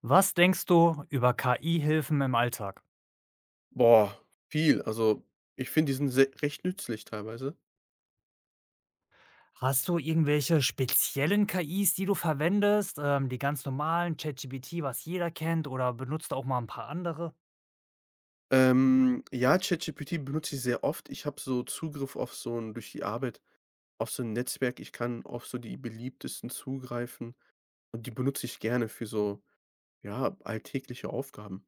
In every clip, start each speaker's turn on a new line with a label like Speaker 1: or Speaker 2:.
Speaker 1: Was denkst du über KI-Hilfen im Alltag?
Speaker 2: Boah, viel. Also, ich finde, die sind se recht nützlich teilweise.
Speaker 1: Hast du irgendwelche speziellen KIs, die du verwendest? Die ganz normalen, ChatGPT, was jeder kennt, oder benutzt du auch mal ein paar andere?
Speaker 2: Ja, ChatGPT benutze ich sehr oft. Ich habe so Zugriff auf so ein durch die Arbeit auf so ein Netzwerk. Ich kann auf so die beliebtesten zugreifen und die benutze ich gerne für so, ja, alltägliche Aufgaben.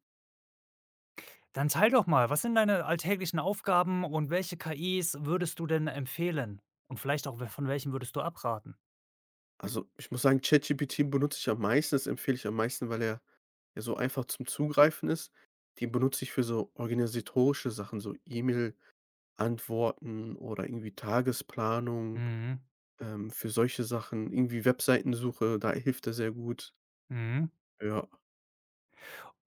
Speaker 1: Dann teil doch mal, was sind deine alltäglichen Aufgaben und welche KIs würdest du denn empfehlen? Und vielleicht auch, we von welchen würdest du abraten?
Speaker 2: Also, ich muss sagen, ChatGPT benutze ich am meisten. Das empfehle ich am meisten, weil er ja so einfach zum Zugreifen ist. Den benutze ich für so organisatorische Sachen, so E-Mail-Antworten oder irgendwie Tagesplanung.
Speaker 1: Mhm,
Speaker 2: Für solche Sachen, irgendwie Webseitensuche, da hilft er sehr gut.
Speaker 1: mhm.
Speaker 2: Ja.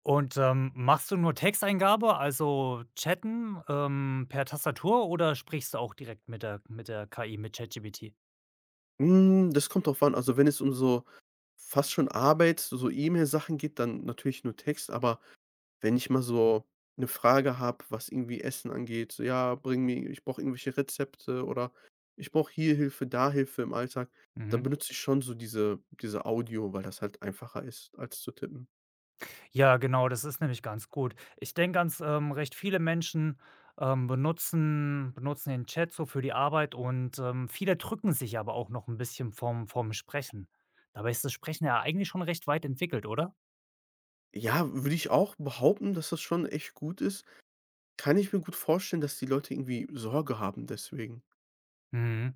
Speaker 1: Und machst du nur Texteingabe, also chatten, per Tastatur oder sprichst du auch direkt mit der KI, mit ChatGPT?
Speaker 2: Hm, das kommt drauf an. Also, wenn es um so fast schon Arbeit, so E-Mail-Sachen geht, dann natürlich nur Text, aber wenn ich mal so eine Frage habe, was irgendwie Essen angeht, so: „Ja, bring mir ich brauche irgendwelche Rezepte" oder „Ich brauche hier Hilfe, da Hilfe im Alltag", dann
Speaker 1: Mhm.
Speaker 2: benutze ich schon so diese Audio, weil das halt einfacher ist als zu tippen.
Speaker 1: Ja, genau, das ist nämlich ganz gut. Ich denke, recht viele Menschen, benutzen den Chat so für die Arbeit und, viele drücken sich aber auch noch ein bisschen vom Sprechen. Dabei ist das Sprechen ja eigentlich schon recht weit entwickelt, oder?
Speaker 2: Ja, würde ich auch behaupten, dass das schon echt gut ist. Kann ich mir gut vorstellen, dass die Leute irgendwie Sorge haben deswegen.
Speaker 1: Mhm.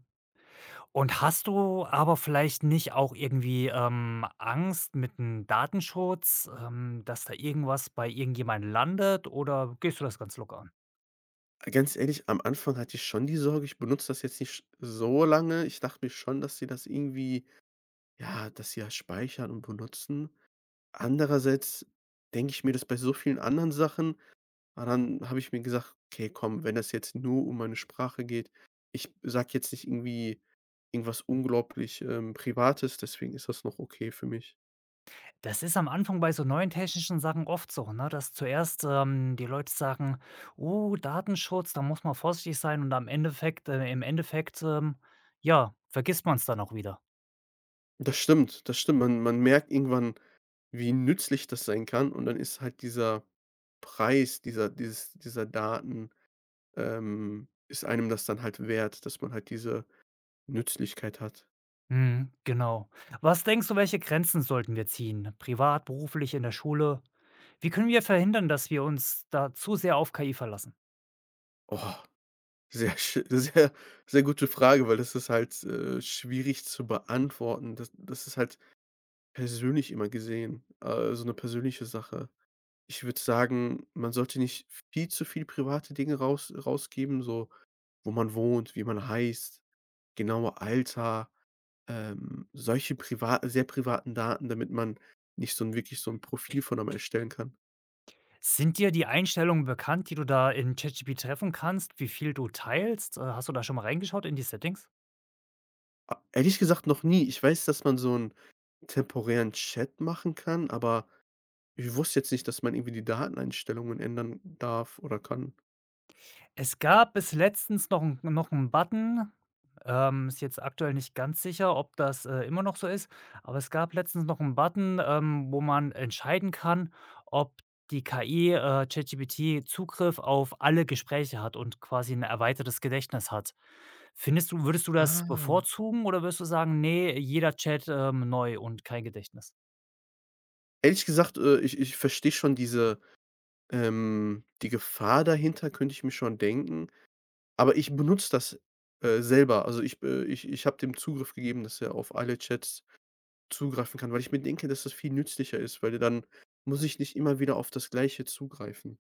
Speaker 1: Und hast du aber vielleicht nicht auch irgendwie, Angst mit dem Datenschutz, dass da irgendwas bei irgendjemandem landet oder gehst du das ganz locker an?
Speaker 2: Ganz ehrlich, am Anfang hatte ich schon die Sorge, ich benutze das jetzt nicht so lange. Ich dachte mir schon, dass sie das irgendwie ja, dass sie das speichern und benutzen. Andererseits denke ich mir das bei so vielen anderen Sachen, aber dann habe ich mir gesagt: „Okay, komm, wenn das jetzt nur um meine Sprache geht, ich sage jetzt nicht irgendwie irgendwas unglaublich, Privates, deswegen ist das noch okay für mich."
Speaker 1: Das ist am Anfang bei so neuen technischen Sachen oft so, ne, dass zuerst, die Leute sagen: „Oh, Datenschutz, da muss man vorsichtig sein“, und am Endeffekt im Endeffekt, ja, vergisst man's dann auch wieder.
Speaker 2: Das stimmt, das stimmt. Man merkt irgendwann, wie nützlich das sein kann, und dann ist halt dieser Preis, dieser Daten, ist einem das dann halt wert, dass man halt diese Nützlichkeit hat.
Speaker 1: Mhm, genau. Was denkst du, welche Grenzen sollten wir ziehen? Privat, beruflich, in der Schule? Wie können wir verhindern, dass wir uns da zu sehr auf KI verlassen?
Speaker 2: Oh, sehr schö sehr sehr gute Frage, weil das ist halt, schwierig zu beantworten. Das ist halt persönlich immer gesehen, so eine persönliche Sache. Ich würde sagen, man sollte nicht viel zu viel private Dinge rausgeben, so wo man wohnt, wie man heißt, genaue Alter. Solche priva sehr privaten Daten, damit man nicht so ein wirklich so ein Profil von einem erstellen kann.
Speaker 1: Sind dir die Einstellungen bekannt, die du da in ChatGPT treffen kannst, wie viel du teilst? Hast du da schon mal reingeschaut in die Settings?
Speaker 2: A Ehrlich gesagt noch nie. Ich weiß, dass man so einen temporären Chat machen kann, aber ich wusste jetzt nicht, dass man irgendwie die Dateneinstellungen ändern darf oder kann.
Speaker 1: Es gab bis letztens noch 'n Button, ist jetzt aktuell nicht ganz sicher, ob das, immer noch so ist, aber es gab letztens noch 'n Button, wo man entscheiden kann, ob die KI, ChatGPT Zugriff auf alle Gespräche hat und quasi 'n erweitertes Gedächtnis hat. Findest du würdest du das
Speaker 2: Ah.
Speaker 1: bevorzugen oder würdest du sagen: „Ne, jeder Chat, neu und kein Gedächtnis?“
Speaker 2: Ehrlich gesagt, ich verstehe schon die Gefahr dahinter könnte ich mir schon denken, aber ich benutze das, selber. Also, ich habe dem Zugriff gegeben, dass er auf alle Chats zugreifen kann, weil ich mir denke, dass das viel nützlicher ist, weil dann muss ich nicht immer wieder auf das Gleiche zugreifen.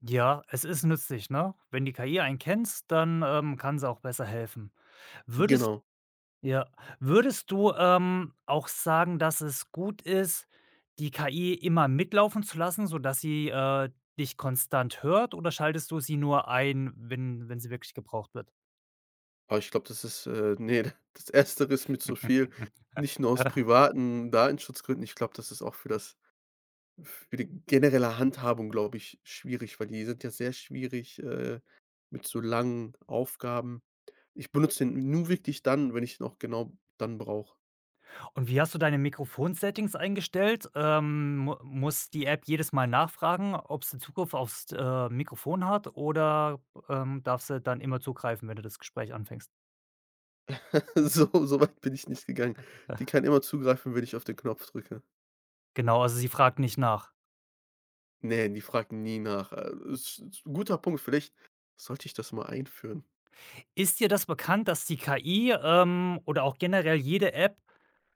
Speaker 1: Ja, es ist nützlich, ne? Wenn die KI einen kennt, dann, kann sie auch besser helfen. Würdest
Speaker 2: Genau.
Speaker 1: Ja. Würdest du, auch sagen, dass es gut ist, die KI immer mitlaufen zu lassen, sodass sie, dich konstant hört oder schaltest du sie nur ein, wenn sie wirklich gebraucht wird?
Speaker 2: Aber ich glaube, das ist ne, das Erstere ist mir zu viel. Nicht nur aus privaten Datenschutzgründen, ich glaube, das ist auch für die generelle Handhabung, glaube ich, schwierig, weil die sind ja sehr schwierig, mit so langen Aufgaben. Ich benutze den nur wirklich dann, wenn ich ihn auch genau dann brauche.
Speaker 1: Und wie hast du deine Mikrofon-Settings eingestellt? Mu muss die App jedes Mal nachfragen, ob sie Zugriff aufs, Mikrofon hat oder, darf sie dann immer zugreifen, wenn du das Gespräch anfängst?
Speaker 2: So weit bin ich nicht gegangen. Die kann immer zugreifen, wenn ich auf den Knopf drücke.
Speaker 1: Genau, also sie fragt nicht nach.
Speaker 2: Ne, die fragen nie nach. Ist 'n guter Punkt. Vielleicht sollte ich das mal einführen.
Speaker 1: Ist dir das bekannt, dass die KI, oder auch generell jede App,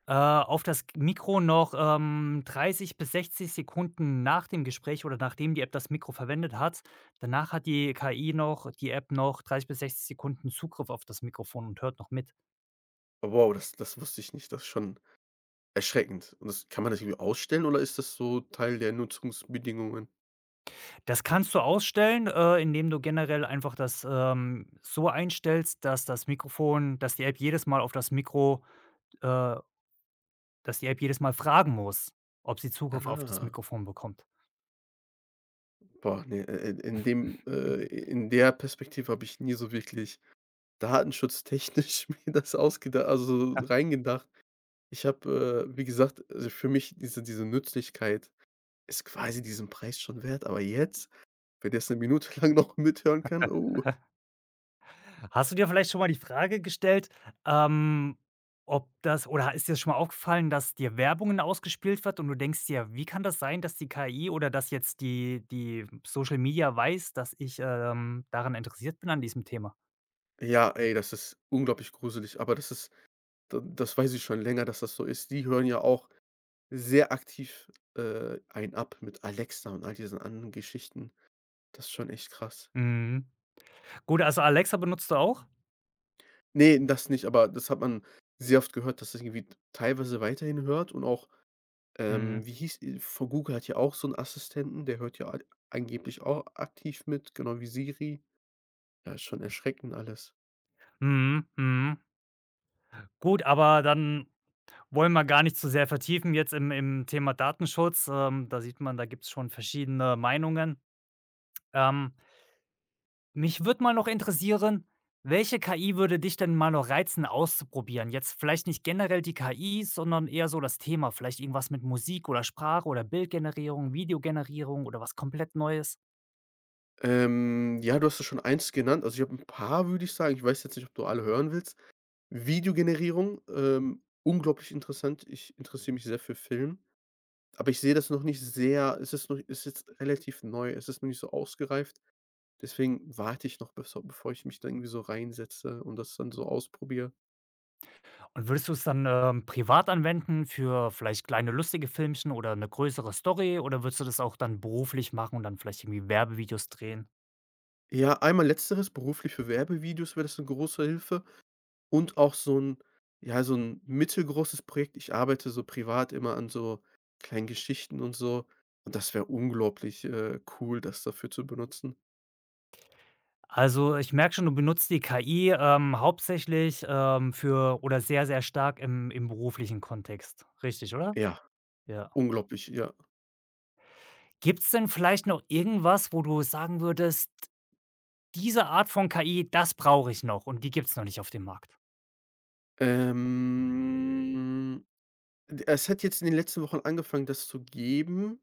Speaker 1: auf das Mikro noch, 30 bis 60 Sekunden nach dem Gespräch oder nachdem die App das Mikro verwendet hat danach hat die KI noch die App noch 30 bis 60 Sekunden Zugriff auf das Mikrofon und hört noch mit.
Speaker 2: Aber wow, das wusste ich nicht. Das ist schon erschreckend. Und das kann man das irgendwie ausstellen, oder ist das so Teil der Nutzungsbedingungen?
Speaker 1: Das kannst du ausstellen, indem du generell einfach das, so einstellst, dass dass die App jedes Mal auf das Mikro äh, dass die App jedes Mal fragen muss, ob sie Zugriff auf das
Speaker 2: Ah.
Speaker 1: Mikrofon bekommt.
Speaker 2: Boah, ne, in der Perspektive habe ich nie so wirklich datenschutztechnisch mir das ausgedacht, also, so reingedacht. Ich habe, wie gesagt, also, für mich diese Nützlichkeit ist quasi diesen Preis schon wert, aber jetzt, wenn der jetzt 'ne Minute lang noch mithören kann, oh.
Speaker 1: Hast du dir vielleicht schon mal die Frage gestellt, ähm, ob das oder ist dir das schon mal aufgefallen, dass dir Werbungen ausgespielt wird und du denkst dir: „Wie kann das sein, dass die KI oder dass jetzt die Social Media weiß, dass ich, daran interessiert bin an diesem Thema?“
Speaker 2: Ja, ey, das ist unglaublich gruselig, aber das ist d das weiß ich schon länger, dass das so ist. Die hören ja auch sehr aktiv, einen ab mit Alexa und all diesen anderen Geschichten. Das ist schon echt krass.
Speaker 1: Mhm. Gut, also Alexa benutzt du auch?
Speaker 2: Ne, das nicht, aber das hat man sehr oft gehört, dass das irgendwie teilweise weiterhin hört und auch,
Speaker 1: Mhm.
Speaker 2: wie hieß von Google hat ja auch so einen Assistenten, der hört ja a angeblich auch aktiv mit, genau wie Siri. Ja, ist schon erschreckend alles.
Speaker 1: Mhm, mhm. Gut, aber dann wollen wir gar nicht zu sehr vertiefen jetzt im Thema Datenschutz. Da sieht man, da gibt es schon verschiedene Meinungen. Ähm Mich würde mal noch interessieren, welche KI würde dich denn mal noch reizen auszuprobieren? Jetzt vielleicht nicht generell die KI, sondern eher so das Thema, vielleicht irgendwas mit Musik oder Sprache oder Bildgenerierung, Videogenerierung oder was komplett Neues.
Speaker 2: Ja, du hast ja schon eins genannt. Also, ich habe ein paar, würde ich sagen. Ich weiß jetzt nicht, ob du alle hören willst. Videogenerierung, unglaublich interessant. Ich interessiere mich sehr für Film, aber ich sehe das noch nicht sehr, es ist relativ neu, es ist noch nicht so ausgereift. Deswegen warte ich noch, beso bevor ich mich da irgendwie so reinsetze und das dann so ausprobiere.
Speaker 1: Und würdest du es dann privat anwenden für vielleicht kleine lustige Filmchen oder eine größere Story oder würdest du das auch dann beruflich machen und dann vielleicht irgendwie Werbevideos drehen?
Speaker 2: Ja, einmal letzteres, beruflich für Werbevideos wäre das eine große Hilfe, und auch so ein ja, so ein mittelgroßes Projekt. Ich arbeite so privat immer an so kleinen Geschichten und so, und das wäre unglaublich, cool, das dafür zu benutzen.
Speaker 1: Also ich merke schon, du benutzt die KI hauptsächlich für oder sehr, sehr stark im beruflichen Kontext. Richtig, oder?
Speaker 2: Ja,
Speaker 1: Ja.
Speaker 2: unglaublich, ja.
Speaker 1: Gibt's denn vielleicht noch irgendwas, wo du sagen würdest: „Diese Art von KI, das brauche ich noch und die gibt's noch nicht auf dem Markt?“
Speaker 2: Ähm, d Es hat jetzt in den letzten Wochen angefangen, das zu geben.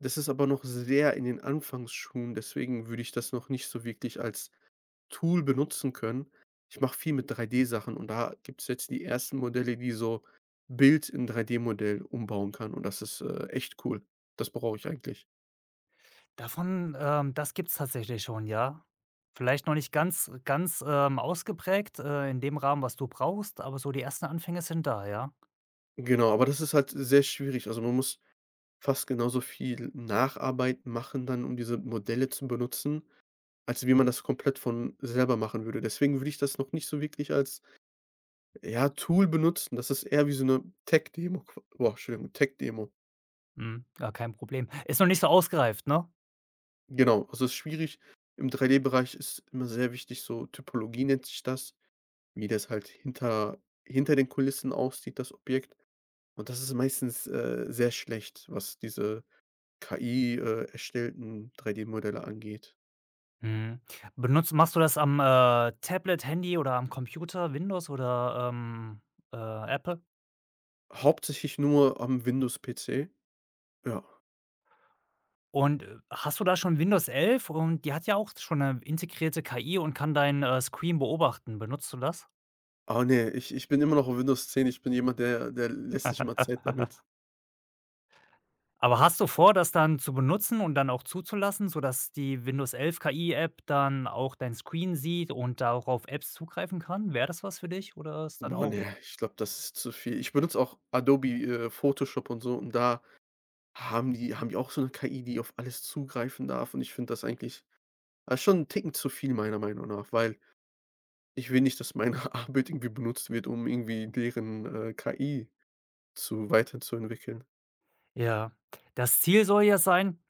Speaker 2: Das ist aber noch sehr in den Anfangsschuhen, deswegen würde ich das noch nicht so wirklich als Tool benutzen können. Ich mache viel mit 3D-Sachen, und da gibt es jetzt die ersten Modelle, die so Bild in 3D-Modell umbauen kann, und das ist, echt cool. Das brauche ich eigentlich.
Speaker 1: Davon das gibt's tatsächlich schon, ja. Vielleicht noch nicht ganz ausgeprägt, in dem Rahmen, was du brauchst, aber so die ersten Anfänge sind da, ja.
Speaker 2: Genau, aber das ist halt sehr schwierig. Also, man muss fast genauso viel Nacharbeit machen dann, um diese Modelle zu benutzen, als wie man das komplett von selber machen würde. Deswegen würde ich das noch nicht so wirklich als, ja, Tool benutzen. Das ist eher wie so eine Tech-Demo, qua boah, Entschuldigung, Tech-Demo.
Speaker 1: Mhm, gar kein Problem. Ist noch nicht so ausgereift, ne?
Speaker 2: Genau, also, es ist schwierig. Im 3D-Bereich ist immer sehr wichtig, so Typologie nennt sich das, wie das halt hinter den Kulissen aussieht, das Objekt. Und das ist meistens, sehr schlecht, was diese KI, erstellten 3D-Modelle angeht.
Speaker 1: Mhm. Benutzt machst du das am, Tablet, Handy oder am Computer, Windows oder, äh, Apple?
Speaker 2: Hauptsächlich nur am Windows-PC, ja.
Speaker 1: Und, hast du da schon Windows 11? Und die hat ja auch schon eine integrierte KI und kann deinen, Screen beobachten. Benutzt du das?
Speaker 2: Oh ne, ich bin immer noch auf Windows 10. Ich bin jemand, der lässt sich immer Zeit damit.
Speaker 1: Aber hast du vor, das dann zu benutzen und dann auch zuzulassen, sodass die Windows 11 KI-App dann auch dein Screen sieht und darauf Apps zugreifen kann? Wäre das was für dich oder ist dann
Speaker 2: Boah,
Speaker 1: auch
Speaker 2: ne, ich glaube, das ist zu viel. Ich benutze auch Adobe, Photoshop und so, und da haben die auch so 'ne KI, die auf alles zugreifen darf, und ich finde das eigentlich, schon 'n Ticken zu viel meiner Meinung nach, weil ich will nicht, dass meine Arbeit irgendwie benutzt wird, um irgendwie deren, KI zu weiterzuentwickeln.
Speaker 1: ja. Das Ziel soll ja sein.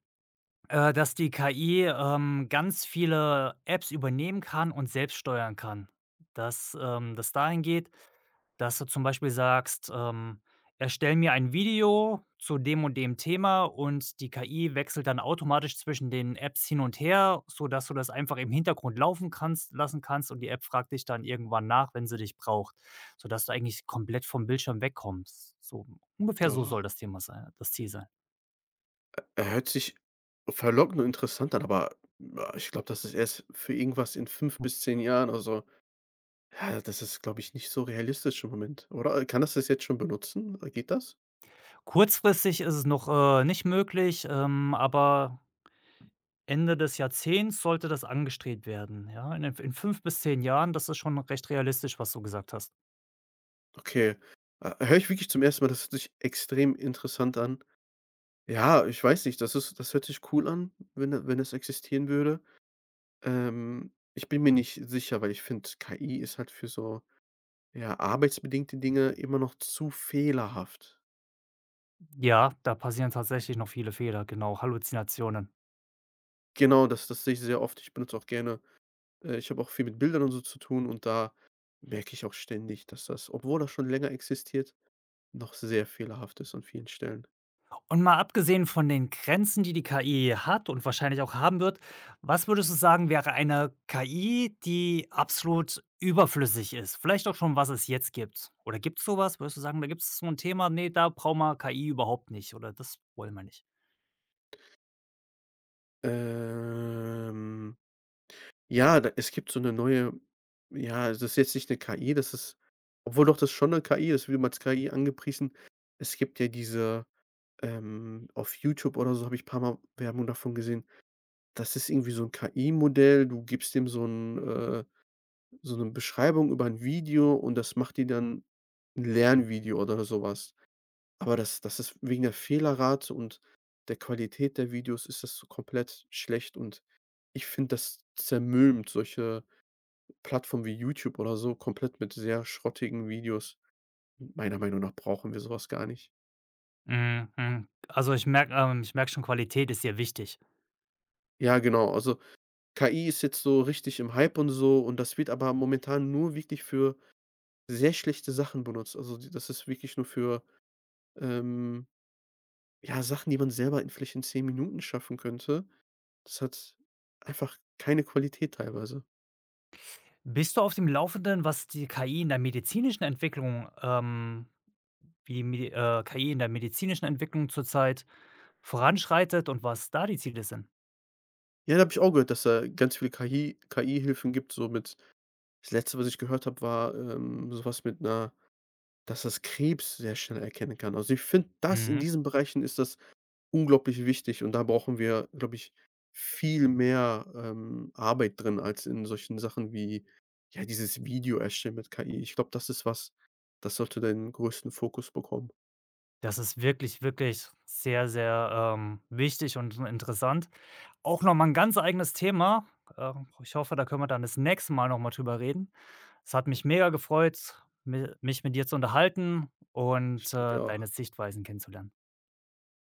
Speaker 1: Dass die KI, ganz viele Apps übernehmen kann und selbst steuern kann. Dass, das dahin geht, dass du zum Beispiel sagst, „Erstell mir ein Video zu dem und dem Thema“, und die KI wechselt dann automatisch zwischen den Apps hin und her, sodass du das einfach im Hintergrund laufen kannst lassen kannst und die App fragt dich dann irgendwann nach, wenn sie dich braucht, sodass du eigentlich komplett vom Bildschirm wegkommst. So ungefähr
Speaker 2: Oh,
Speaker 1: soll das Thema sein, das Ziel sein.
Speaker 2: er hört sich verlockend und interessant an, aber, ich glaube, das ist erst für irgendwas in 5 bis 10 Jahren, also. Ja, das ist, glaube ich, nicht so realistisch im Moment, oder? Kann das das jetzt schon benutzen? Geht das?
Speaker 1: Kurzfristig ist es noch, nicht möglich, aber Ende des Jahrzehnts sollte das angestrebt werden, ja? In 5 bis 10 Jahren, das ist schon recht realistisch, was du gesagt hast.
Speaker 2: Okay. Höre ich wirklich zum ersten Mal, das hört sich extrem interessant an. Ja, ich weiß nicht, das hört sich cool an, wenn es existieren würde. Ich bin mir nicht sicher, weil ich finde, KI ist halt für so, ja, arbeitsbedingte Dinge immer noch zu fehlerhaft.
Speaker 1: Ja, da passieren tatsächlich noch viele Fehler, genau, Halluzinationen.
Speaker 2: Genau, das sehe ich sehr oft. Ich benutze auch gerne, ich habe auch viel mit Bildern und so zu tun, und da merke ich auch ständig, dass das, obwohl das schon länger existiert, noch sehr fehlerhaft ist an vielen Stellen.
Speaker 1: Und mal abgesehen von den Grenzen, die die KI hat und wahrscheinlich auch haben wird, was würdest du sagen, wäre eine KI, die absolut überflüssig ist? Vielleicht auch schon, was es jetzt gibt. Oder gibt es sowas? Würdest du sagen, da gibt es so ein Thema: „Ne, da brauchen wir KI überhaupt nicht“ oder „das wollen wir nicht“?
Speaker 2: Ähm, ja, da es gibt so eine neue ja, das ist jetzt nicht 'ne KI, das ist obwohl doch, das ist schon 'ne KI, das wird immer als KI angepriesen. Es gibt ja diese auf YouTube oder so habe ich ein paarmal Werbung davon gesehen. Das ist irgendwie so 'n KI-Modell. Du gibst dem so 'ne Beschreibung über ein Video und das macht dir dann ein Lernvideo oder so was. Aber das ist wegen der Fehlerrate und der Qualität der Videos ist das so komplett schlecht, und ich finde, das zermürbt solche Plattformen wie YouTube oder so komplett mit sehr schrottigen Videos. Meiner Meinung nach brauchen wir sowas gar nicht.
Speaker 1: Mhm, mhm. Ich merke schon, Qualität ist dir wichtig.
Speaker 2: Ja, genau, also KI ist jetzt so richtig im Hype und so, und das wird aber momentan nur wirklich für sehr schlechte Sachen benutzt. Also, d das ist wirklich nur für, ähm, ja, Sachen, die man selber in vielleicht in 10 Minuten schaffen könnte. Das hat einfach keine Qualität teilweise.
Speaker 1: Bist du auf dem Laufenden, was die KI in der medizinischen Entwicklung wie die Medi KI in der medizinischen Entwicklung zurzeit voranschreitet und was da die Ziele sind?
Speaker 2: Ja, da habe ich auch gehört, dass da ganz viele KI KI-Hilfen gibt, so mit, das Letzte, was ich gehört habe, war, so mit 'ner dass das Krebs sehr schnell erkennen kann. Also, ich finde, das in
Speaker 1: Mhm.
Speaker 2: diesen Bereichen ist das unglaublich wichtig, und da brauchen wir, glaube ich, viel mehr, Arbeit drin als in solchen Sachen wie, ja, dieses Video erstellen mit KI. Ich glaube, das ist was, das sollte den größten Fokus bekommen.
Speaker 1: Das ist wirklich, wirklich sehr, sehr, wichtig und so interessant. Auch noch mal 'n ganz eigenes Thema. Ich hoffe, da können wir dann das nächste Mal noch mal drüber reden. Es hat mich mega gefreut, mi mich mit dir zu unterhalten
Speaker 2: Ich
Speaker 1: und,
Speaker 2: denke,
Speaker 1: deine
Speaker 2: ja.
Speaker 1: Sichtweisen kennenzulernen.